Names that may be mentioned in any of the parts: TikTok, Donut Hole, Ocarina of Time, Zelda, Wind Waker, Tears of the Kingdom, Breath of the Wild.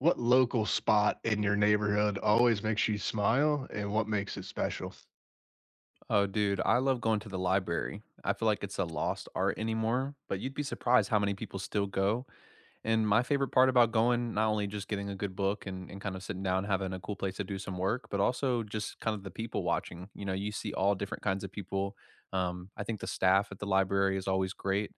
What local spot in your neighborhood always makes you smile and what makes it special? Oh, dude, I love going to the library. I feel like it's a lost art anymore, but you'd be surprised how many people still go, and my favorite part about going, not only just getting a good book and kind of sitting down, having a cool place to do some work, but also just kind of the people watching. You know, you see all different kinds of people. I think the staff at the library is always great.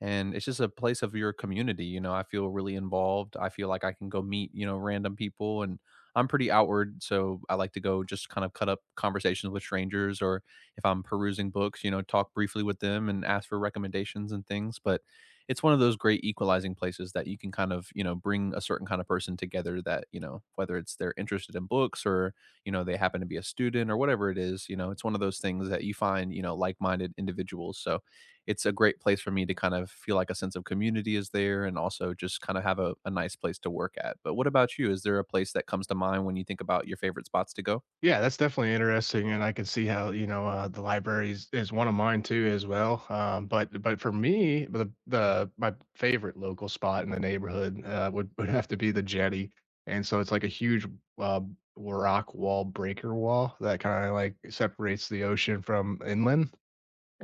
And it's just a place of your community. You know, I feel really involved. I feel like I can go meet, you know, random people. And I'm pretty outward. So I like to go just kind of cut up conversations with strangers, or if I'm perusing books, you know, talk briefly with them and ask for recommendations and things. But it's one of those great equalizing places that you can kind of, you know, bring a certain kind of person together, that, you know, whether it's they're interested in books, or you know, they happen to be a student, or whatever it is, you know, it's one of those things that you find, you know, like-minded individuals. So it's a great place for me to kind of feel like a sense of community is there, and also just kind of have a nice place to work at. But what about you? Is there a place that comes to mind when you think about your favorite spots to go? Yeah, that's definitely interesting, and I can see how, you know, the libraries is one of mine too as well, but for me, the my favorite local spot in the neighborhood, would have to be the jetty, and so it's like a huge, uh, rock wall breaker wall that kinda, like, separates the ocean from inland,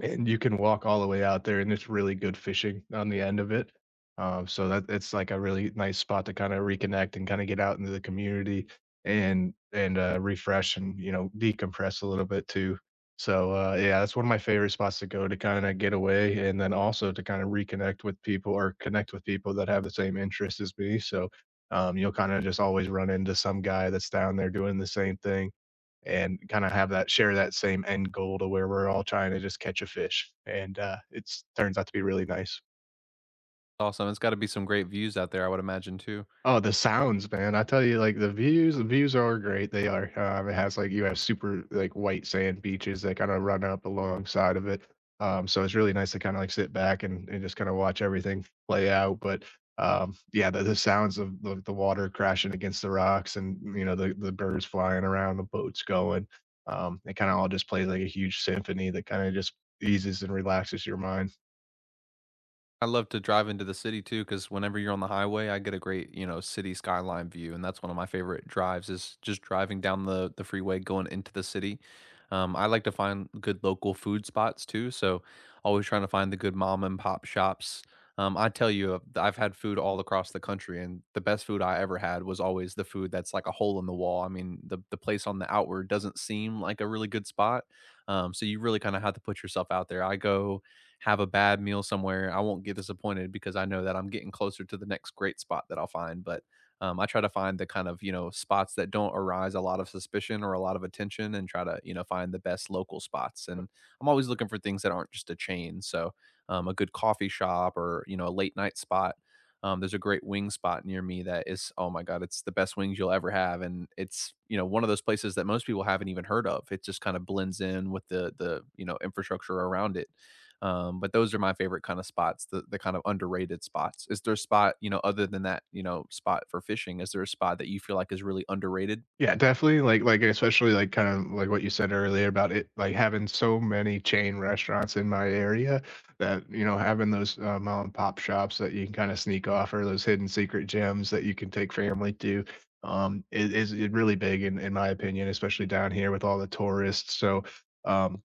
and you can walk all the way out there, and it's really good fishing on the end of it. So that it's like a really nice spot to kinda reconnect and kinda get out into the community and refresh and, you know, decompress a little bit too. So, yeah, that's one of my favorite spots to go to kinda get away and then also to kinda reconnect with people or connect with people that have the same interests as me. So, you'll kinda just always run into some guy that's down there doing the same thing and kinda have that share that same end goal to where we're all trying to just catch a fish, and, it's turns out to be really nice. Awesome, it's got to be some great views out there, I would imagine too. Oh, the sounds, man. I tell you, like the views are great. They are. It has like you have super like white sand beaches that kind of run up alongside of it. So it's really nice to kind of like sit back and just kind of watch everything play out. But yeah, the sounds of the water crashing against the rocks and you know the birds flying around, the boats going. It kind of all just plays like a huge symphony that kind of just eases and relaxes your mind. I love to drive into the city too, because whenever you're on the highway, I get a great, you know, city skyline view, and that's one of my favorite drives, is just driving down the freeway going into the city. I like to find good local food spots too, so always trying to find the good mom and pop shops. I tell you, I've had food all across the country, and the best food I ever had was always the food that's like a hole in the wall. I mean, the place on the outward doesn't seem like a really good spot, so you really kind of have to put yourself out there. I go have a bad meal somewhere, I won't get disappointed because I know that I'm getting closer to the next great spot that I'll find. But I try to find the kind of, you know, spots that don't arise a lot of suspicion or a lot of attention, and try to, you know, find the best local spots. And I'm always looking for things that aren't just a chain. So a good coffee shop, or you know, a late night spot. There's a great wing spot near me that is, oh my god, it's the best wings you'll ever have, and it's, you know, one of those places that most people haven't even heard of. It just kind of blends in with the you know, infrastructure around it. But those are my favorite kind of spots, the kind of underrated spots. Is there a spot, you know, other than that, you know, spot for fishing, is there a spot that you feel like is really underrated? Yeah, definitely. Especially, like, kind of like what you said earlier about it like, having so many chain restaurants in my area that, you know, having those, mom and pop shops that you can kinda sneak off or those hidden secret gems that you can take family to, is really big in my opinion, especially down here with all the tourists. So, um,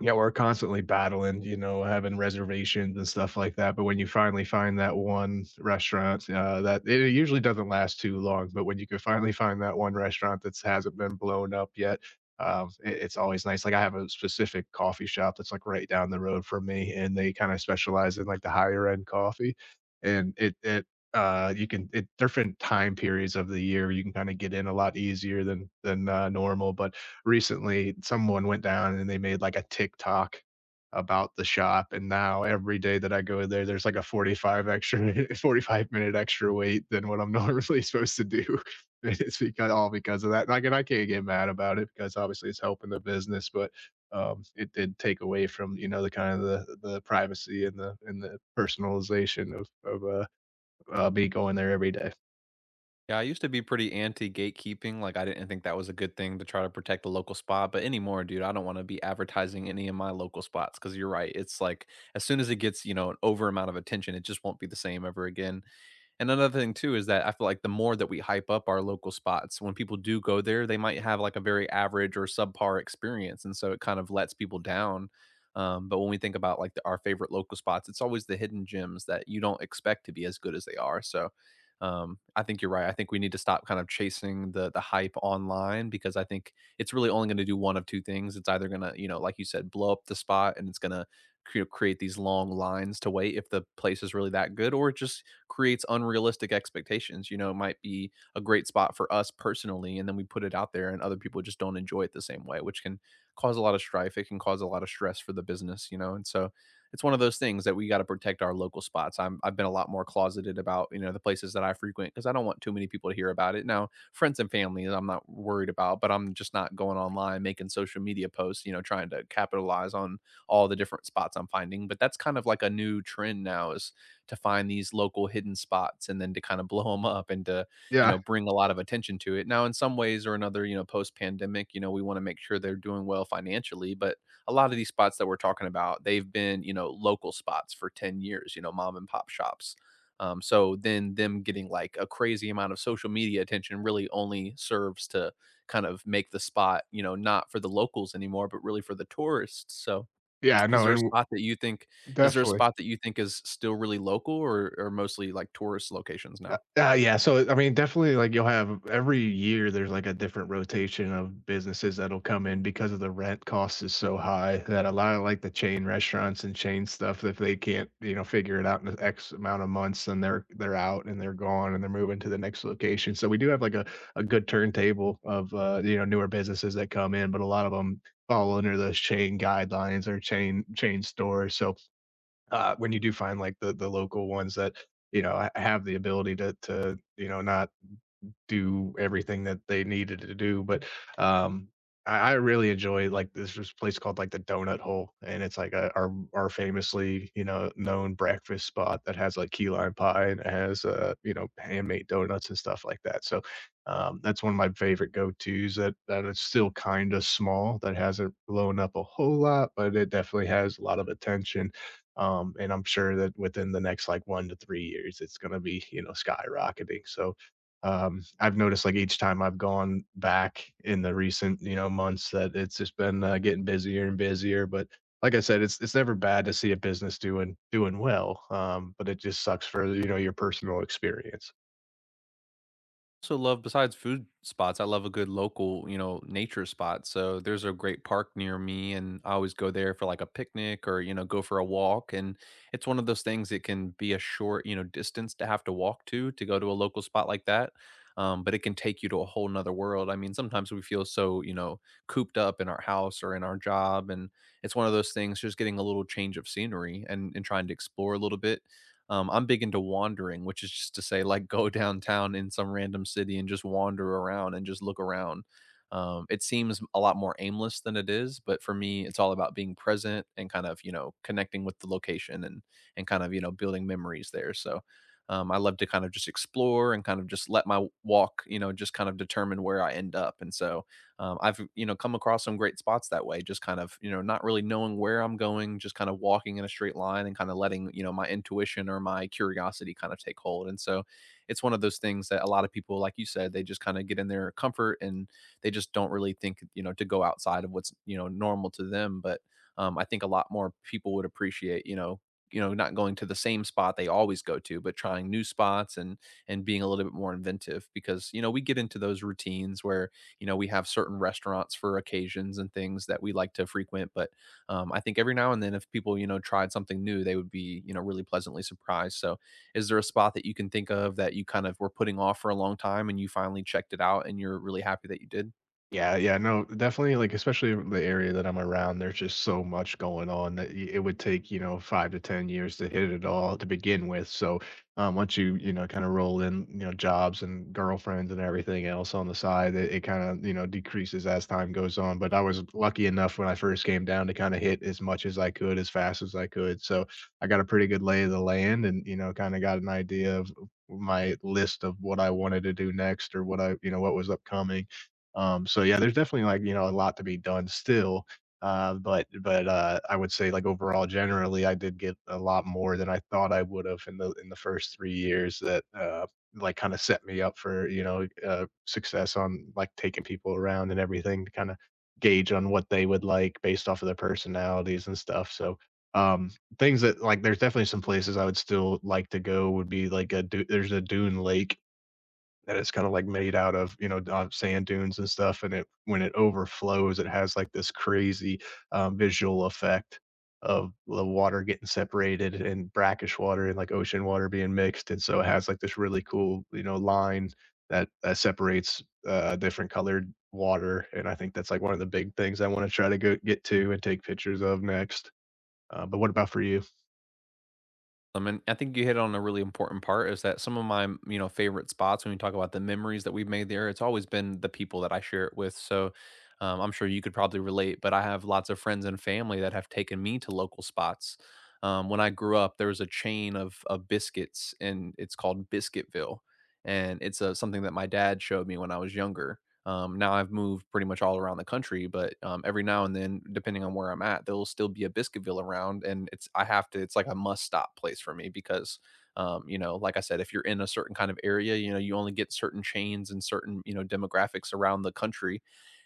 yeah, we're constantly battling, you know, having reservations and stuff like that. But when you finally find that one restaurant, that it usually doesn't last too long. But when you can finally find that one restaurant that hasn't been blown up yet, it's always nice. Like I have a specific coffee shop that's like right down the road from me, and they kind of specialize in like the higher end coffee. And it you can it different time periods of the year you can kind of get in a lot easier than normal, but recently someone went down and they made like a TikTok about the shop, and now every day that I go there there's like a 45 extra 45-minute extra wait than what I'm normally supposed to do. It's because all because of that. Like, and I can't get mad about it because obviously it's helping the business, but it did take away from you know the kind of the privacy and the personalization of me going there every day. Yeah, I used to be pretty anti gatekeeping, like, I didn't think that was a good thing to try to protect the local spot, but anymore, dude, I don't wanna be advertising any of my local spots because 'cause you're right, it's like, as soon as it gets, you know, an over amount of attention, it just won't be the same ever again, and another thing too is that I feel like the more that we hype up our local spots, when people do go there, they might have, like, a very average or subpar experience, and so it kind of lets people down, but when we think about, like, the our favorite local spots, it's always the hidden gems that you don't expect to be as good as they are. So I think you're right. I think we need to stop kind of chasing the hype online, because I think it's really only going to do one of two things. It's either going to, you know, like you said, blow up the spot, and it's going to create these long lines to wait if the place is really that good, or it just creates unrealistic expectations. You know, it might be a great spot for us personally, and then we put it out there and other people just don't enjoy it the same way, which can cause a lot of strife. It can cause a lot of stress for the business, you know. And so it's one of those things that we got to protect our local spots. I've been a lot more closeted about, you know, the places that I frequent, because I don't want too many people to hear about it. Now friends and family I'm not worried about, but I'm just not going online making social media posts, you know, trying to capitalize on all the different spots I'm finding. But that's kind of like a new trend now, is to find these local hidden spots and then to kind of blow them up and to, you know, Yeah, bring a lot of attention to it. Now in some ways or another, you know, post pandemic, you know, we want to make sure they're doing well financially, but a lot of these spots that we're talking about, they've been, you know, local spots for 10 years, you know, mom and pop shops. So then them getting like a crazy amount of social media attention really only serves to kind of make the spot, you know, not for the locals anymore, but really for the tourists. So yeah, is no, there a spot that you think is there a definitely. spot that you think is still really local, or mostly like tourist locations now? Yeah, so, I mean, definitely, like, you'll have every year, there's, like, a different rotation of businesses that'll come in because of the rent cost is so high that a lot of, like, the chain restaurants and chain stuff, if they can't, you know, figure it out in the X amount of months, then they're out and they're gone and they're moving to the next location. So we do have, like, a good turntable of, you know, newer businesses that come in, but a lot of them fall under those chain guidelines or chain stores. So when you do find like the local ones that you know have the ability to you know not do everything that they needed to do, but, um, I really enjoy, like, there's this place called, like, the Donut Hole, and it's, like, a our famously, you know, known breakfast spot that has, like, key lime pie and it has, you know, handmade donuts and stuff like that, so, that's one of my favorite go-tos that is still kinda small, that hasn't blown up a whole lot, but it definitely has a lot of attention, and I'm sure that within the next, like, 1 to 3 years, it's gonna be, you know, skyrocketing, so I've noticed, like, each time I've gone back in the recent, you know, months that it's just been, getting busier and busier, but like I said, it's never bad to see a business doing well, but it just sucks for, you know, your personal experience. Also love, besides food spots, I love a good local, you know, nature spot. So there's a great park near me and I always go there for like a picnic or, you know, go for a walk. And it's one of those things that can be a short, you know, distance to have to walk to go to a local spot like that. But it can take you to a whole nother world. I mean, sometimes we feel so, you know, cooped up in our house or in our job. And it's one of those things, just getting a little change of scenery and trying to explore a little bit. I'm big into wandering, which is just to say, like, go downtown in some random city and just wander around and just look around. It seems a lot more aimless than it is, but for me, it's all about being present and kind of, you know, connecting with the location, and kind of, you know, building memories there. So I love to kind of just explore and kind of just let my walk, you know, just kind of determine where I end up. And so I've, you know, come across some great spots that way, just kind of, you know, not really knowing where I'm going, just kind of walking in a straight line and kind of letting, you know, my intuition or my curiosity kind of take hold. And so it's one of those things that a lot of people, like you said, they just kind of get in their comfort, and they just don't really think, you know, to go outside of what's, you know, normal to them. But I think a lot more people would appreciate, you know, you know, not going to the same spot they always go to, but trying new spots, and being a little bit more inventive, because you know, we get into those routines where, you know, we have certain restaurants for occasions and things that we like to frequent. But I think every now and then, if people, you know, tried something new, they would be, you know, really pleasantly surprised. So is there a spot that you can think of that you kind of were putting off for a long time, and you finally checked it out and you're really happy that you did? Yeah, yeah, no, definitely, like, especially in the area that I'm around, there's just so much going on that y it would take, you know, 5 to 10 years to hit it all to begin with, so, once you, you know, kinda roll in, you know, jobs and girlfriends and everything else on the side, it kinda, you know, decreases as time goes on, but I was lucky enough when I first came down to kinda hit as much as I could, as fast as I could, so I got a pretty good lay of the land and, you know, kinda got an idea of my list of what I wanted to do next or what I you know, what was upcoming. So yeah, there's definitely like, you know, a lot to be done still. But I would say like overall, generally, I did get a lot more than I thought I would have in the first 3 years that like kind of set me up for you know success on like taking people around and everything to kind of gauge on what they would like based off of their personalities and stuff. So um things that like there's definitely some places I would still like to go would be like there's a dune lake that is kind of like made out of you know sand dunes and stuff, and it when it overflows it has like this crazy visual effect of the water getting separated and brackish water and like ocean water being mixed, and so it has like this really cool you know line that separates different colored water, and I think that's like one of the big things I want to try to go get to and take pictures of next. But what about for you? I mean, I think you hit on a really important part, is that some of my, you know, favorite spots, when we talk about the memories that we've made there, it's always been the people that I share it with. So I'm sure you could probably relate, but I have lots of friends and family that have taken me to local spots. When I grew up, there was a chain of biscuits, and it's called Biscuitville. And it's a, something that my dad showed me when I was younger. Now I've moved pretty much all around the country, but every now and then, depending on where I'm at, there'll still be a Biscuitville around, and it's I have to. It's like a must stop place for me. Because like I said, if you're in a certain kind of area, you know, you only get certain chains and certain, you know, demographics around the country,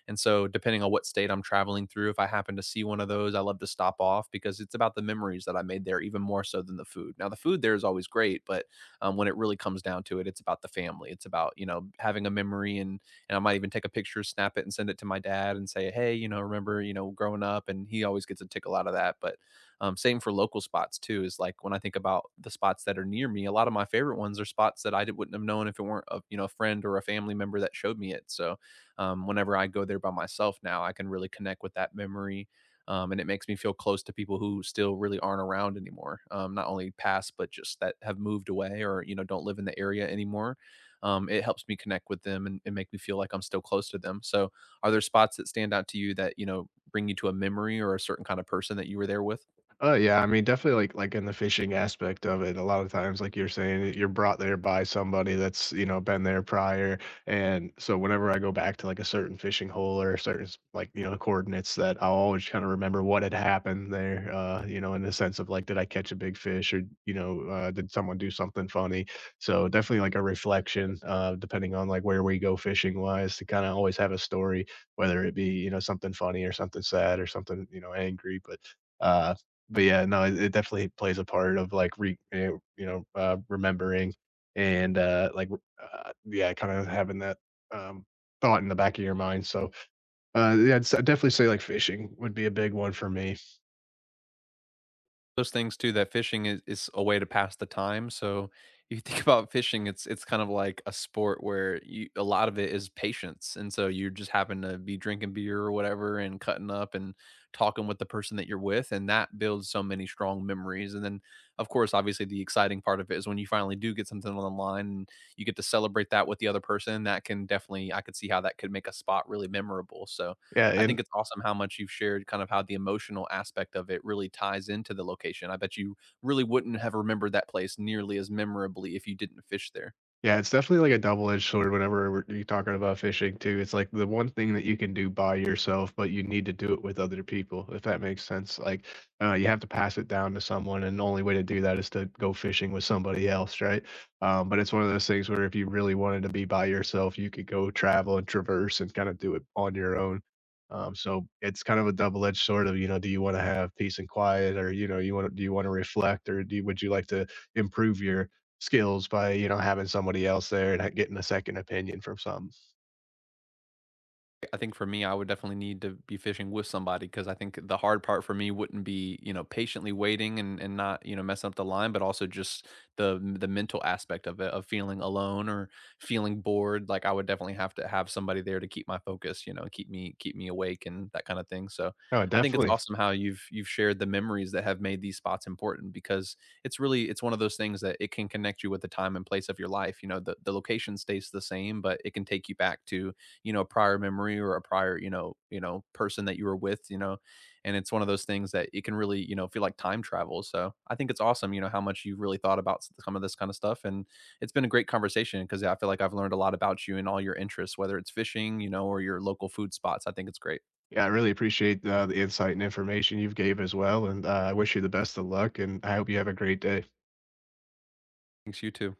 and so depending on what state I'm traveling through, if I happen to see one of those, I love to stop off, because it's about the memories that I made there even more so than the food. Now the food there is always great, but when it really comes down to it, it's about the family. It's about, you know, having a memory. And I might even take a picture, snap it, and send it to my dad and say, "Hey, you know, remember, you know, growing up." And he always gets a tickle out of that. But same for local spots too. Is like when I think about the spots that are near me, a lot of my favorite ones are spots that I wouldn't have known if it weren't a, you know, a friend or a family member that showed me it. So whenever I go there by myself now, I can really connect with that memory. And it makes me feel close to people who still really aren't around anymore. Not only past, but just that have moved away, or you know, don't live in the area anymore. It helps me connect with them, and make me feel like I'm still close to them. So, are there spots that stand out to you that, you know, bring you to a memory, or a certain kind of person that you were there with? Oh, yeah, I mean, definitely, in the fishing aspect of it, a lot of times, like you're saying, you're brought there by somebody that's, you know, been there prior, and so whenever I go back to, like, a certain fishing hole or certain s like, you know, coordinates that I'll always kinda remember what had happened there, you know, in the sense of, like, did I catch a big fish or, you know, did someone do something funny? So, definitely, like, a reflection, depending on, like, where we go fishing-wise to kinda always have a story, whether it be, you know, something funny or something sad or something, you know, angry, but, uh yeah, no, it definitely plays a part of like you know, remembering and yeah, kind of having that um, thought in the back of your mind. So yeah, I'd definitely say like fishing would be a big one for me. Those things too, that fishing is a way to pass the time. So if you think about fishing, it's kind of like a sport where you, a lot of it is patience. And so you just happen to be drinking beer or whatever and cutting up and talking with the person that you're with. And that builds so many strong memories. And then of course, obviously the exciting part of it is when you finally do get something on the line, and you get to celebrate that with the other person. That can definitely, I could see how that could make a spot really memorable. So Yeah, I think and it's awesome how much you've shared, kind of how the emotional aspect of it really ties into the location. I bet you really wouldn't have remembered that place nearly as memorably if you didn't fish there. yeah, it's definitely like a double-edged sword whenever we're you're talking about fishing too, it's like the one thing that you can do by yourself, but you need to do it with other people, if that makes sense, like, you have to pass it down to someone, and the only way to do that is to go fishing with somebody else, right? But it's one of those things where if you really wanted to be by yourself, you could go travel and traverse and kinda do it on your own. So it's kind of a double-edged sword of, you know, do you wanna have peace and quiet or, you know, you wanna reflect or do you would you like to improve your skills by, you know, having somebody else there and getting a second opinion from some. I think for me, I would definitely need to be fishing with somebody, because I think the hard part for me wouldn't be, you know, patiently waiting and not, you know, messing up the line, but also just the mental aspect of it, of feeling alone or feeling bored. Like, I would definitely have to have somebody there to keep my focus, you know, keep me awake, and that kind of thing. So Oh, I think it's definitely. awesome how you've shared the memories that have made these spots important, because it's really, it's one of those things that it can connect you with the time and place of your life. You know, the location stays the same, but it can take you back to, you know, prior memory or a prior, you know, you know, person that you were with, you know. And it's one of those things that it can really, you know, feel like time travel. So I think it's awesome, you know, how much you've really thought about some of this kind of stuff. And it's been a great conversation, because I feel like I've learned a lot about you and all your interests, whether it's fishing, you know, or your local food spots. I think it's great. Yeah, I really appreciate, the insight and information you've gave as well, and, I wish you the best of luck, and I hope you have a great day. Thanks, you too.